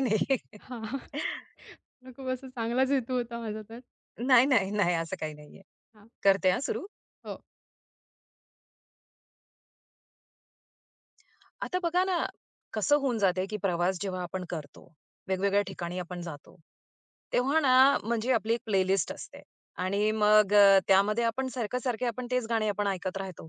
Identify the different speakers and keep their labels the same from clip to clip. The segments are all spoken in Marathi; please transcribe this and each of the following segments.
Speaker 1: नाही, नाही.
Speaker 2: हां. खूप असा चांगलाच हेतू होता माझा तर.
Speaker 1: नाही, नाही, नाही असं काही नाहीये.
Speaker 2: हां.
Speaker 1: करते हां सुरू.
Speaker 2: हो.
Speaker 1: आता बघा ना, कसं होऊन जाते, की प्रवास जेव्हा आपण करतो, वेगवेगळ्या ठिकाणी आपण जातो, तेव्हा ना म्हणजे आपली एक प्लेलिस्ट असते आणि मग त्यामध्ये आपण सारखं-सारखे आपण तेच गाणे आपण ऐकत राहतो.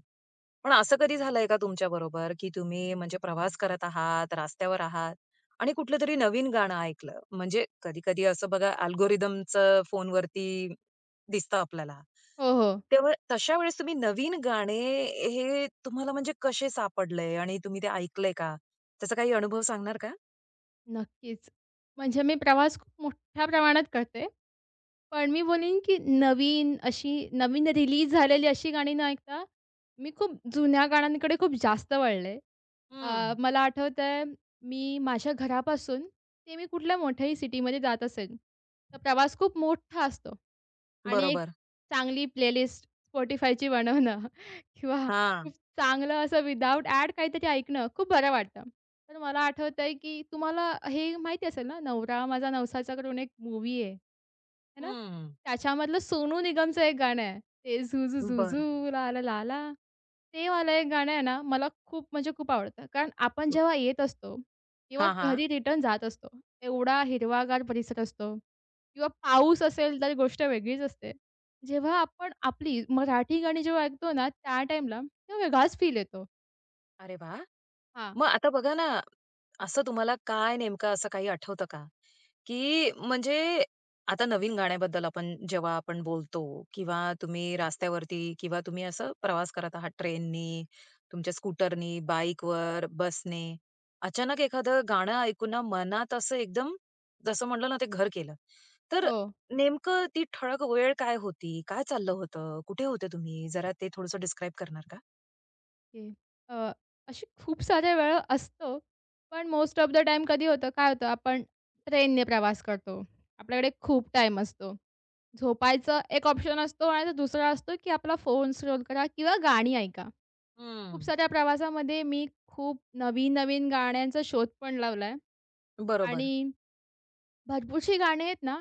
Speaker 1: पण असं कधी झालंय का तुमच्याबरोबर, की तुम्ही म्हणजे प्रवास करत आहात, रस्त्यावर आहात आणि कुठलं तरी नवीन गाणं ऐकलं? म्हणजे कधी-कधी असं बघा अल्गोरिथमचं फोनवरती दिसतं आपल्याला.
Speaker 2: हो, हो.
Speaker 1: तेव्हा तशा वेळेस तुम्ही नवीन गाणे हे तुम्हाला म्हणजे कसे सापडले आणि तुम्ही ते ऐकले का? त्याचा काही अनुभव सांगणार का?
Speaker 2: नक्कीच. म्हणजे मी प्रवास खूप मोठ्या प्रमाणात करते. पण मी बोलीन, की नवीन रिलीज झालेली अशी गाणी न ऐकता, मी खूप जुन्या गाण्यांकडे खूप जास्त वळले.
Speaker 1: हं.
Speaker 2: मला आठवतंय मी माझ्या घरापासून ते मी कुठल्या मोठ्याही सिटीमध्ये जात असेल, तर प्रवास खूप मोठा असतो. आणि एक
Speaker 1: बरोबर.
Speaker 2: चांगली प्लेलिस्ट Spotifyची बनवणं किंवा
Speaker 1: हां.
Speaker 2: खूप चांगलं असं विदाऊट ॲड काहीतरी ऐकणं खूप बरं वाटतं. तर मला आठवतंय, आहे की तुम्हाला हे माहिती असेल ना, "नवरा माझा नवसाचा" करून एक मूवी आहे, है ना?
Speaker 1: हं.
Speaker 2: त्याच्यामधलं सोनू निगमचं एक गाणं आहे. ते "झुझू
Speaker 1: बरं.
Speaker 2: झुझू ला ला ला ला." ते वालं एक गाणं आहे ना, मला खूप म्हणजे खूप आवडतं. कारण आपण
Speaker 1: हं.
Speaker 2: जेव्हा येत असतो किंवा
Speaker 1: हां,
Speaker 2: घरी रिटर्न जात असतो, एवढा हिरवागार परिसर असतो. किंवा पाऊस असेल तर गोष्ट वेगळीच असते. जेव्हा आपण आपली मराठी गाणी जेव्हा ऐकतो ना, त्या टाईमला तेव्हा वेगळाच फील येतो.
Speaker 1: अरे वाह!
Speaker 2: हां.
Speaker 1: मग आता बघा ना, असं तुम्हाला काय नेमकं असं काही आठवतं का? की म्हणजे आता नवीन गाण्याबद्दल आपण जेव्हा आपण बोलतो किंवा तुम्ही रस्त्यावरती किंवा तुम्ही असं प्रवास करत आहात ट्रेननी, तुमच्या स्कूटरनी, बाईकवर, बसने, अचानक एखादं गाणं ऐकून ना मनात असं एकदम जसं म्हटलं ना ते घर केलं. तर
Speaker 2: हो,
Speaker 1: नेमकं ती ठळक वेळ काय होती? काय चाललं होतं? कुठे होते तुम्ही? जरा ते थोडंसं डिस्क्राईब करणार का?
Speaker 2: ओके. अ, अशी खूप साऱ्या वेळा असतो, पण मोस्ट ऑफ द टाईम कधी होतं, काय होतं, आपण ट्रेनने प्रवास करतो. आपल्याकडे खूप टाईम असतो. झोपायचं एक ऑप्शन असतो आणि दुसरा असतो, की आपला फोन स्क्रोल करा किंवा गाणी ऐका. खूप
Speaker 1: हं.
Speaker 2: साऱ्या प्रवासामध्ये मी खूप नवीन-नवीन गाण्यांचा शोध पण लावलाय आणि
Speaker 1: बरोबर.
Speaker 2: भरपूरशी गाणी आहेत ना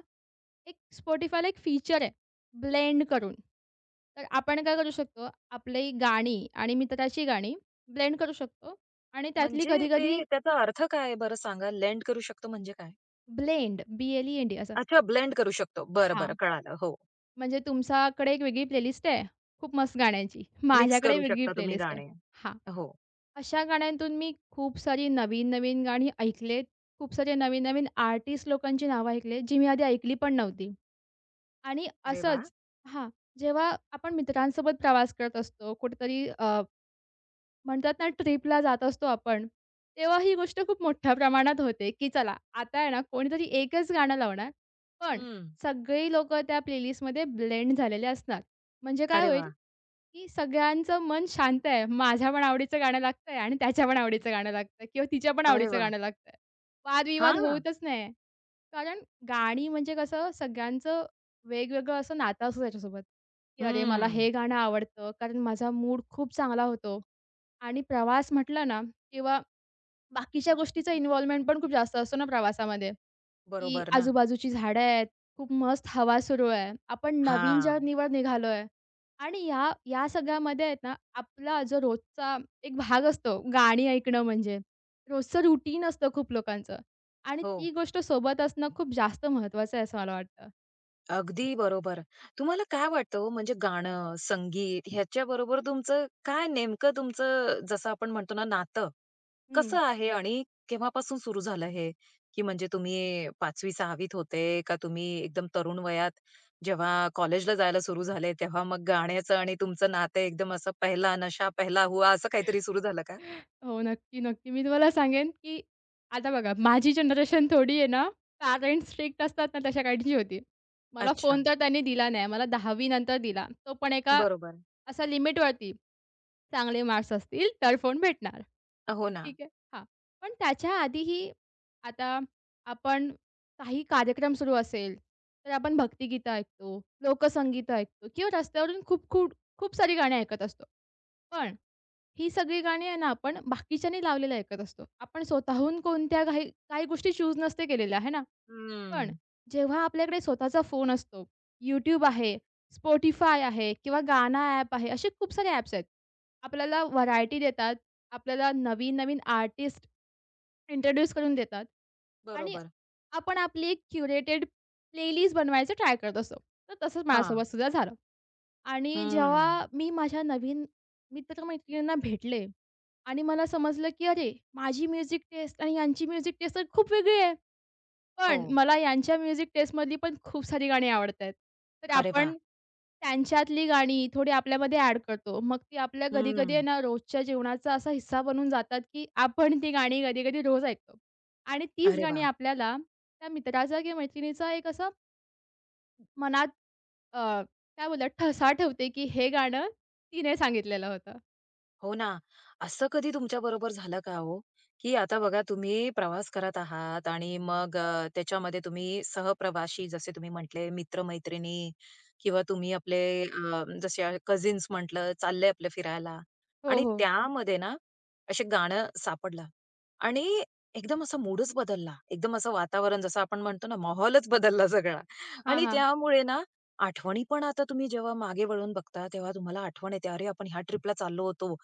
Speaker 2: एक Spotifyला एक फीचर आहे, ब्लेंड करून. तर आपण काय करू शकतो, आपली गाणी आणि मित्राची गाणी ब्लेंड करू शकतो आणि त्यातली
Speaker 1: म्हणजे ते
Speaker 2: कधी-कधी
Speaker 1: त्याचा अर्थ काय आहे बरं सांगा? लेंड करू शकतो म्हणजे काय?
Speaker 2: ब्लेंड, B-L-E-N-D असं
Speaker 1: अच्छा ब्लेंड करू शकतो. बरं,
Speaker 2: हां,
Speaker 1: बरं कळालं. हो.
Speaker 2: म्हणजे तुमच्याकडे एक वेगळी प्लेलिस्ट आहे, खूप मस्त गाण्यांची.
Speaker 1: मिक्स
Speaker 2: माझ्याकडे
Speaker 1: करू
Speaker 2: वेगळी
Speaker 1: शकता तुम्ही
Speaker 2: प्लेलिस्ट आहे.
Speaker 1: गाणे.
Speaker 2: हां,
Speaker 1: हो.
Speaker 2: अशा गाण्यांतून मी खूप सारी नवीन-नवीन गाणी ऐकलेत. खूप सारे नवीन-नवीन आर्टिस्ट लोकांची नावं ऐकलेत, जी मी आधी ऐकली पण नव्हती. आणि
Speaker 1: अरे वाह!
Speaker 2: असंच हां, जेव्हा आपण मित्रांसोबत प्रवास करत असतो, कुठेतरी म्हणतात ना ट्रिपला जात असतो आपण, तेव्हा ही गोष्ट खूप मोठ्या प्रमाणात होते, की चला आता आहे ना कोणीतरी एकच गाणं लावणार, पण
Speaker 1: हं.
Speaker 2: सगळी लोक त्या प्लेलिस्टमध्ये ब्लेंड झालेले असणार. म्हणजे काय
Speaker 1: अरे
Speaker 2: होईल,
Speaker 1: वाह!
Speaker 2: की सगळ्यांचं मन शांत आहे. माझ्या पण आवडीचं गाणं लागतंय आणि त्याच्या पण आवडीचं गाणं लागतंय किंवा तिच्या पण
Speaker 1: अरे
Speaker 2: आवडीचं
Speaker 1: वाह!
Speaker 2: गाणं लागतंय. वादविवाद
Speaker 1: हां.
Speaker 2: होतच नाही. कारण गाणी म्हणजे कसं सगळ्यांचं वेगवेगळं असं नातं असतं त्याच्यासोबत, की "अरे, मला
Speaker 1: हं.
Speaker 2: हे गाणं आवडतं कारण माझा मूड खूप चांगला होतो." आणि प्रवास म्हटलं ना किंवा बाकीच्या गोष्टीचा इन्व्हॉल्वमेंट पण खूप जास्त असतो ना प्रवासामध्ये. की
Speaker 1: बरोबर ना.
Speaker 2: आजूबाजूची झाडं आहेत, खूप मस्त हवा सुरू आहे. आपण नवीन
Speaker 1: हां.
Speaker 2: जर्नीवर निघालोय आणि या या सगळ्यामध्ये आहेत ना, आपला जो रोजचा एक भाग असतो गाणी ऐकणं म्हणजे. रोजचं रुटीन असतं खूप लोकांचं आणि
Speaker 1: हो.
Speaker 2: ती गोष्ट सोबत असणं खूप जास्त महत्त्वाचं आहे असं मला वाटतं.
Speaker 1: अगदी बरोबर. तुम्हाला काय वाटतं हो म्हणजे गाणं, संगीत ह्याच्याबरोबर तुमचं काय नेमकं तुमचं जसं आपण म्हणतो ना नातं
Speaker 2: हं.
Speaker 1: कसं आहे आणि केव्हापासून सुरू झालं हे? की म्हणजे तुम्ही 5वी-6वी होते का तुम्ही एकदम तरुण वयात जेव्हा कॉलेजला जायला सुरू झाले, तेव्हा मग गाण्याचं आणि तुमचं नातं एकदम असं पहला नशा पहला हुआ असं काहीतरी सुरू झालं का?
Speaker 2: हो, नक्की, नक्की. मी तुम्हाला सांगेन, की आता बघा माझी जनरेशन थोडी आहे ना, पॅरेंट्स स्ट्रिक्ट असतात ना तशा काहींची होती. मला
Speaker 1: अच्छा.
Speaker 2: फोन तर त्यांनी दिला नाही. मला 10वी नंतर दिला. तो पण एका
Speaker 1: बरोबर.
Speaker 2: असा लिमिटवरती, चांगले मार्क्स असतील तर फोन भेटणार.
Speaker 1: हो ना.
Speaker 2: ठीक आहे. हां. पण त्याच्या आधीही आता आपण काही कार्यक्रम सुरू असेल, तर आपण भक्तिगीतं ऐकतो, लोकसंगीत ऐकतो किंवा रस्त्यावरून खूप खूप खूप सारी गाणी ऐकत असतो. पण ही सगळी गाणी आहे ना आपण बाकीच्यांनी लावलेली ऐकत असतो. आपण स्वतःहून कोणत्या काही काही गोष्टी चूज नसते केलेल्या, आहे ना? पण
Speaker 1: हम्म.
Speaker 2: जेव्हा आपल्याकडे स्वतःचा फोन असतो, YouTube आहे, Spotify आहे किंवा गाणा ॲप आहे, असे खूप सारे ॲप्स आहेत. आपल्याला व्हरायटी देतात. आपल्याला नवीन-नवीन आर्टिस्ट इंट्रोड्यूस करून देतात आणि
Speaker 1: बरोबर.
Speaker 2: आपण आपली एक क्युरेटेड प्लेलिस्ट बनवायचं ट्राय करत असतो. तर तसंच
Speaker 1: हां.
Speaker 2: माझ्यासोबत सुद्धा झालं आणि
Speaker 1: हम्म.
Speaker 2: जेव्हा मी माझ्या नवीन मित्र भेटले आणि मला समजलं, की अरे, माझी म्युझिक टेस्ट आणि यांची म्युझिक टेस्ट तर खूप वेगळी आहे.
Speaker 1: हो.
Speaker 2: पण मला यांच्या म्युझिक टेस्टमधली पण खूप सारी गाणी आवडतायत. तर
Speaker 1: अरे वाह!
Speaker 2: आपण त्यांच्यातली गाणी थोडी आपल्यामध्ये ॲड करतो. मग ती आपल्या कधी-कधी आहे
Speaker 1: हम्म.
Speaker 2: ना, रोजच्या जेवणाचा असा हिस्सा बनून जातात, की आपण ती गाणी कधी-कधी रोज ऐकतो. आणि तीच
Speaker 1: अरे
Speaker 2: गाणी
Speaker 1: वाह!
Speaker 2: आपल्याला त्या मित्राचा किंवा मैत्रिणीचा एक असा मनात अ, काय बोलतात ठसा ठेवते, की हे गाणं तिने सांगितलेलं होतं.
Speaker 1: हो ना. असं कधी तुमच्याबरोबर झालं का हो, की आता बघा तुम्ही प्रवास करत आहात आणि मग त्याच्यामध्ये तुम्ही सहप्रवाशी जसे तुम्ही म्हटले मित्र-मैत्रिणी किंवा तुम्ही आपले जसे कझिन्स म्हटलं, चालले आपलं फिरायला
Speaker 2: हो,
Speaker 1: आणि
Speaker 2: हो.
Speaker 1: त्यामध्ये ना असे गाणं सापडलं आणि एकदम असा मूडच बदलला. एकदम असं वातावरण जसं आपण म्हणतो ना, माहोलच बदलला सगळा
Speaker 2: हां,
Speaker 1: आणि
Speaker 2: हां.
Speaker 1: त्यामुळे ना, आठवणी पण आता तुम्ही जेव्हा मागे वळून बघता, तेव्हा तुम्हाला आठवण येते, "अरे, आपण ह्या ट्रिपला चाललो होतो.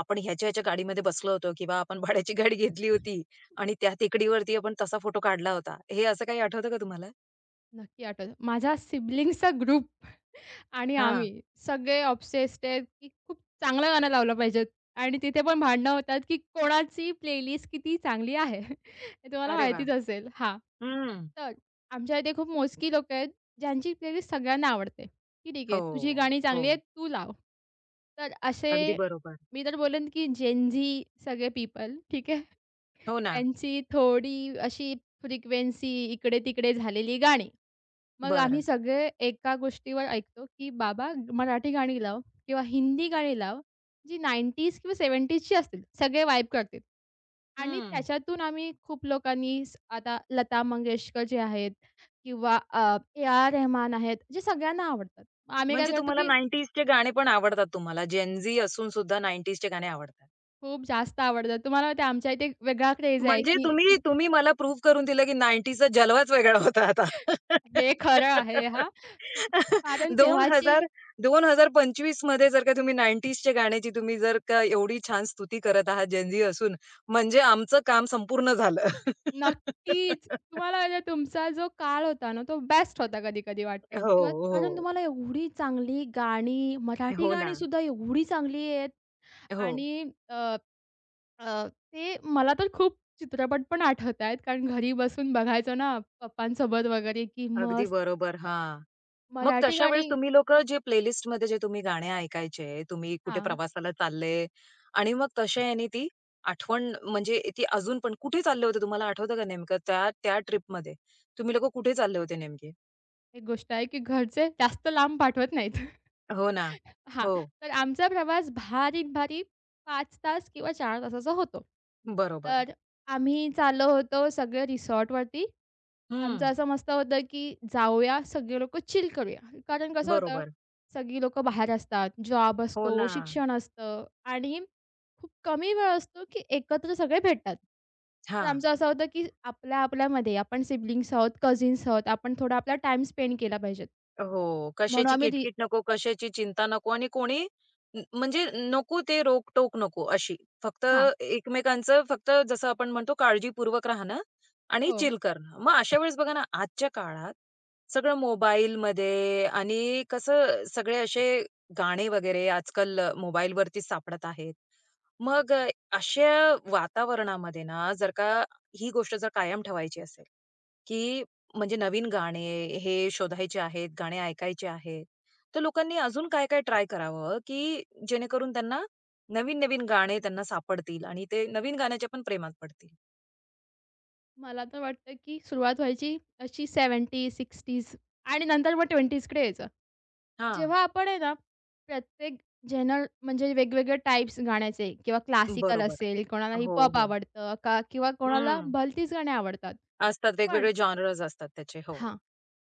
Speaker 1: आपण ह्याच्या-ह्याच्या गाडीमध्ये बसलो होतो किंवा आपण भाड्याची गाडी घेतली होती आणि त्या टेकडीवरती आपण तसा फोटो काढला होता." हे असं काही आठवतं का तुम्हाला?
Speaker 2: नक्की आठवतं. माझ्या सिबलिंग्सचा ग्रुप. आणि
Speaker 1: हां.
Speaker 2: आम्ही सगळे ऑब्सेस्ड आहेत, की खूप चांगलं गाणं लावलं पाहिजे आणि तिथे पण भांडणं होतात, की कोणाची प्लेलिस्ट किती चांगली आहे. हे तुम्हाला
Speaker 1: अरे वाह!
Speaker 2: माहितीच असेल. हां,
Speaker 1: हं.
Speaker 2: तर आमच्या इथे खूप मोजकी लोकं आहेत, ज्यांची प्लेलिस्ट सगळ्यांना आवडते, की ठीक
Speaker 1: हो,
Speaker 2: आहे, तुझी गाणी
Speaker 1: हो.
Speaker 2: चांगली आहेत, तू लाव. तर असे
Speaker 1: अगदी बरोबर.
Speaker 2: मी तर बोलेन, की जेन सगळे पीपल ठीक आहे.
Speaker 1: हो ना.
Speaker 2: त्यांची थोडी अशी फ्रिक्वेन्सी इकडे-तिकडे झालेली गाणी. मग आम्ही
Speaker 1: बरं.
Speaker 2: सगळे एका गोष्टीवर ऐकतो, की "बाबा मराठी गाणी लाव किंवा हिंदी गाणी लाव, जी 90s किंवा 70sची असतील. सगळे वाइब करतील." आणि
Speaker 1: हं.
Speaker 2: त्याच्यातून आम्ही खूप लोकांनी आता लता मंगेशकर जे आहेत किंवा ए.आर. रहमान आहेत, जे सगळ्यांना आवडतात. मग आम्ही काय
Speaker 1: म्हणजे
Speaker 2: करतो,
Speaker 1: तुम्हाला
Speaker 2: की
Speaker 1: 90sचे गाणे पण आवडतात तुम्हाला. जेन झी असून सुद्धा 90sचे गाणे आवडतात.
Speaker 2: खूप जास्त आवडतात. तुम्हाला माहिती आहे आमच्या इथे एक वेगळा क्रेज आहे,
Speaker 1: म्हणजे
Speaker 2: की
Speaker 1: तुम्ही तुम्ही मला प्रूव्ह करून दिलं, की 90sचा जलवाच वेगळा होता आता.
Speaker 2: हे खरं आहे हां, की कारण तेव्हाची
Speaker 1: 2000 2025 मध्ये जर का तुम्ही 90sच्या गाण्याची तुम्ही जर का एवढी छान स्तुती करत आहात जेन असून, म्हणजे आमचं काम संपूर्ण झालं.
Speaker 2: नक्कीच. तुम्हाला म्हणजे तुमचा जो काळ होता ना, तो बेस्ट होता कधी-कधी वाटतं
Speaker 1: हो,
Speaker 2: किंवा कारण
Speaker 1: हो.
Speaker 2: तुम्हाला एवढी चांगली गाणी, मराठी
Speaker 1: हो ना.
Speaker 2: गाणीसुद्धा एवढी चांगली आहेत
Speaker 1: हो.
Speaker 2: आणि अ, अ, ते मला तर खूप चित्रपट पण आठवत आहेत. कारण घरी बसून बघायचो ना पप्पांसोबत वगैरे, की
Speaker 1: अगदी
Speaker 2: मस्त
Speaker 1: बरोबर. हां. मग
Speaker 2: मराठी
Speaker 1: तशा वेळेस
Speaker 2: गाणी
Speaker 1: तुम्ही लोकं जे प्लेलिस्टमध्ये जे तुम्ही गाणे ऐकायचे, तुम्ही कुठे
Speaker 2: हां.
Speaker 1: प्रवासाला चालले आणि मग तशा ह्यानी ती आठवण म्हणजे ती अजून पण कुठे चालले होते तुम्हाला आठवतं का नेमकं त्या त्या ट्रिपमध्ये? तुम्ही लोकं कुठे चालले होते नेमके?
Speaker 2: एक गोष्ट आहे, की घरचे जास्त लांब पाठवत नाहीत.
Speaker 1: हो ना.
Speaker 2: हां,
Speaker 1: हो.
Speaker 2: तर आमचा प्रवास भारीत-भारी 5 तास किंवा 4 तासाचा होतो.
Speaker 1: बरोबर.
Speaker 2: तर आम्ही चाललो होतो सगळे रिसॉर्टवरती. आमचं
Speaker 1: हं.
Speaker 2: असं मस्त होतं, की जाऊया सगळे लोकं चिल करूया. कारण कसं होतं,
Speaker 1: बरोबर.
Speaker 2: सगळी लोकं बाहेर असतात, जॉब
Speaker 1: हो
Speaker 2: असतो,
Speaker 1: ना.
Speaker 2: शिक्षण असतं आणि खूप कमी वेळ असतो, की एकत्र सगळे भेटतात. तर
Speaker 1: हां.
Speaker 2: आमचं असं होतं, की आपल्या आपल्यामध्ये आपण सिबलिंग्स आहोत, कझिन्स आहोत, आपण थोडा आपला टाइम स्पेंड केला पाहिजे.
Speaker 1: हो.
Speaker 2: म्हणून
Speaker 1: कशाची
Speaker 2: आम्ही
Speaker 1: किटकिट नको, कशाची चिंता नको आणि कोणी न म्हणजे नको ते रोकटोक नको अशी. फक्त
Speaker 2: हां,
Speaker 1: एकमेकांचं फक्त जसं आपण म्हणतो काळजीपूर्वक राहणं आणि
Speaker 2: हो.
Speaker 1: चिल करणं. मग अशा वेळेस बघा ना, आजच्या काळात सगळं मोबाईलमध्ये आणि कसं सगळे असे गाणे वगैरे आजकाल मोबाईलवरतीच सापडत आहेत. मग अशा वातावरणामध्ये ना, जर का ही गोष्ट जर कायम ठेवायची असेल, की म्हणजे नवीन गाणे हे शोधायचे आहेत, गाणे ऐकायचे आहेत. तर लोकांनी अजून काय-काय ट्राय करावं, की जेणेकरून त्यांना नवीन-नवीन गाणे त्यांना सापडतील आणि ते नवीन गाण्याच्या पण प्रेमात पडतील.
Speaker 2: मला तर वाटतं, की सुरुवात व्हायची अशी 70-60s आणि नंतर मग 20sकडे यायचं.
Speaker 1: हां,
Speaker 2: जेव्हा आपण आहे ना, प्रत्येक जनर म्हणजे वेगवेगळे टाइप्स गाण्याचे किंवा क्लासिकल
Speaker 1: बरोबर.
Speaker 2: असेल, कोणाला हिप
Speaker 1: हो, हो.
Speaker 2: आवडतं का किंवा कोणाला
Speaker 1: हं.
Speaker 2: भलतीच गाणी आवडतात.
Speaker 1: असतात
Speaker 2: पण
Speaker 1: वेगवेगळे जॉनर्स असतात त्याचे. हो.
Speaker 2: हां.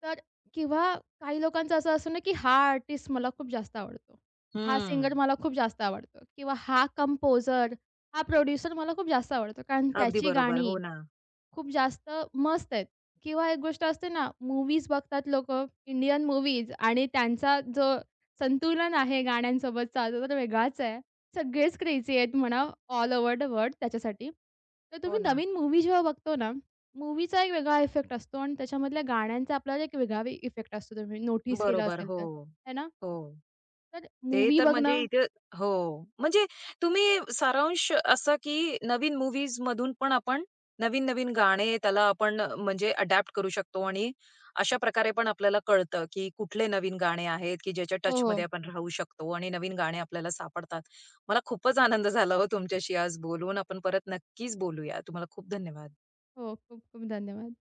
Speaker 2: तर किंवा काही लोकांचं असं असतं ना, की हा आर्टिस्ट मला खूप जास्त आवडतो. हा
Speaker 1: हं.
Speaker 2: सिंगर मला खूप जास्त आवडतो किंवा हा कंपोजर, हा प्रोड्युसर मला खूप जास्त आवडतो. कारण
Speaker 1: अगदी
Speaker 2: त्याची
Speaker 1: बरोबर.
Speaker 2: गाणी,
Speaker 1: हो ना.
Speaker 2: खूप जास्त मस्त आहेत. किंवा एक गोष्ट असते ना, मूव्हीज बघतात लोकं, इंडियन मूव्हीज आणि त्यांचा जो संतुलन आहे गाण्यांसोबतचा तो तर वेगळाच आहे. सगळेच क्रेझी आहेत म्हणा ऑल ओव्हर द वर्ल्ड त्याच्यासाठी. तर
Speaker 1: हो
Speaker 2: तुम्ही
Speaker 1: ना.
Speaker 2: नवीन मूव्ही जेव्हा बघतो ना, मूव्हीचा एक वेगळा इफेक्ट असतो आणि त्याच्यामधल्या गाण्यांचा आपल्याला एक वेगळा इफेक्ट असतो. तुम्ही नोटीस केलं
Speaker 1: बरोबर.
Speaker 2: असेल
Speaker 1: हो.
Speaker 2: तर, है ना?
Speaker 1: हो.
Speaker 2: तर
Speaker 1: ते
Speaker 2: मूव्ही
Speaker 1: तर म्हणजे
Speaker 2: बघणं
Speaker 1: इथे हो. म्हणजे तुम्ही सारांश असा की नवीन मूवीज मधून पण आपण नवीन-नवीन गाणे त्याला आपण म्हणजे अडॅप्ट करू शकतो आणि अशा प्रकारे पण आपल्याला कळतं, की कुठले नवीन गाणे आहेत, की ज्याच्या
Speaker 2: हो,
Speaker 1: टचमध्ये
Speaker 2: हो.
Speaker 1: आपण राहू शकतो आणि नवीन गाणे आपल्याला सापडतात. मला खूपच आनंद झाला हो तुमच्याशी आज बोलून. आपण परत नक्कीच बोलूया. तुम्हाला खूप धन्यवाद.
Speaker 2: हो, खूप खूप धन्यवाद.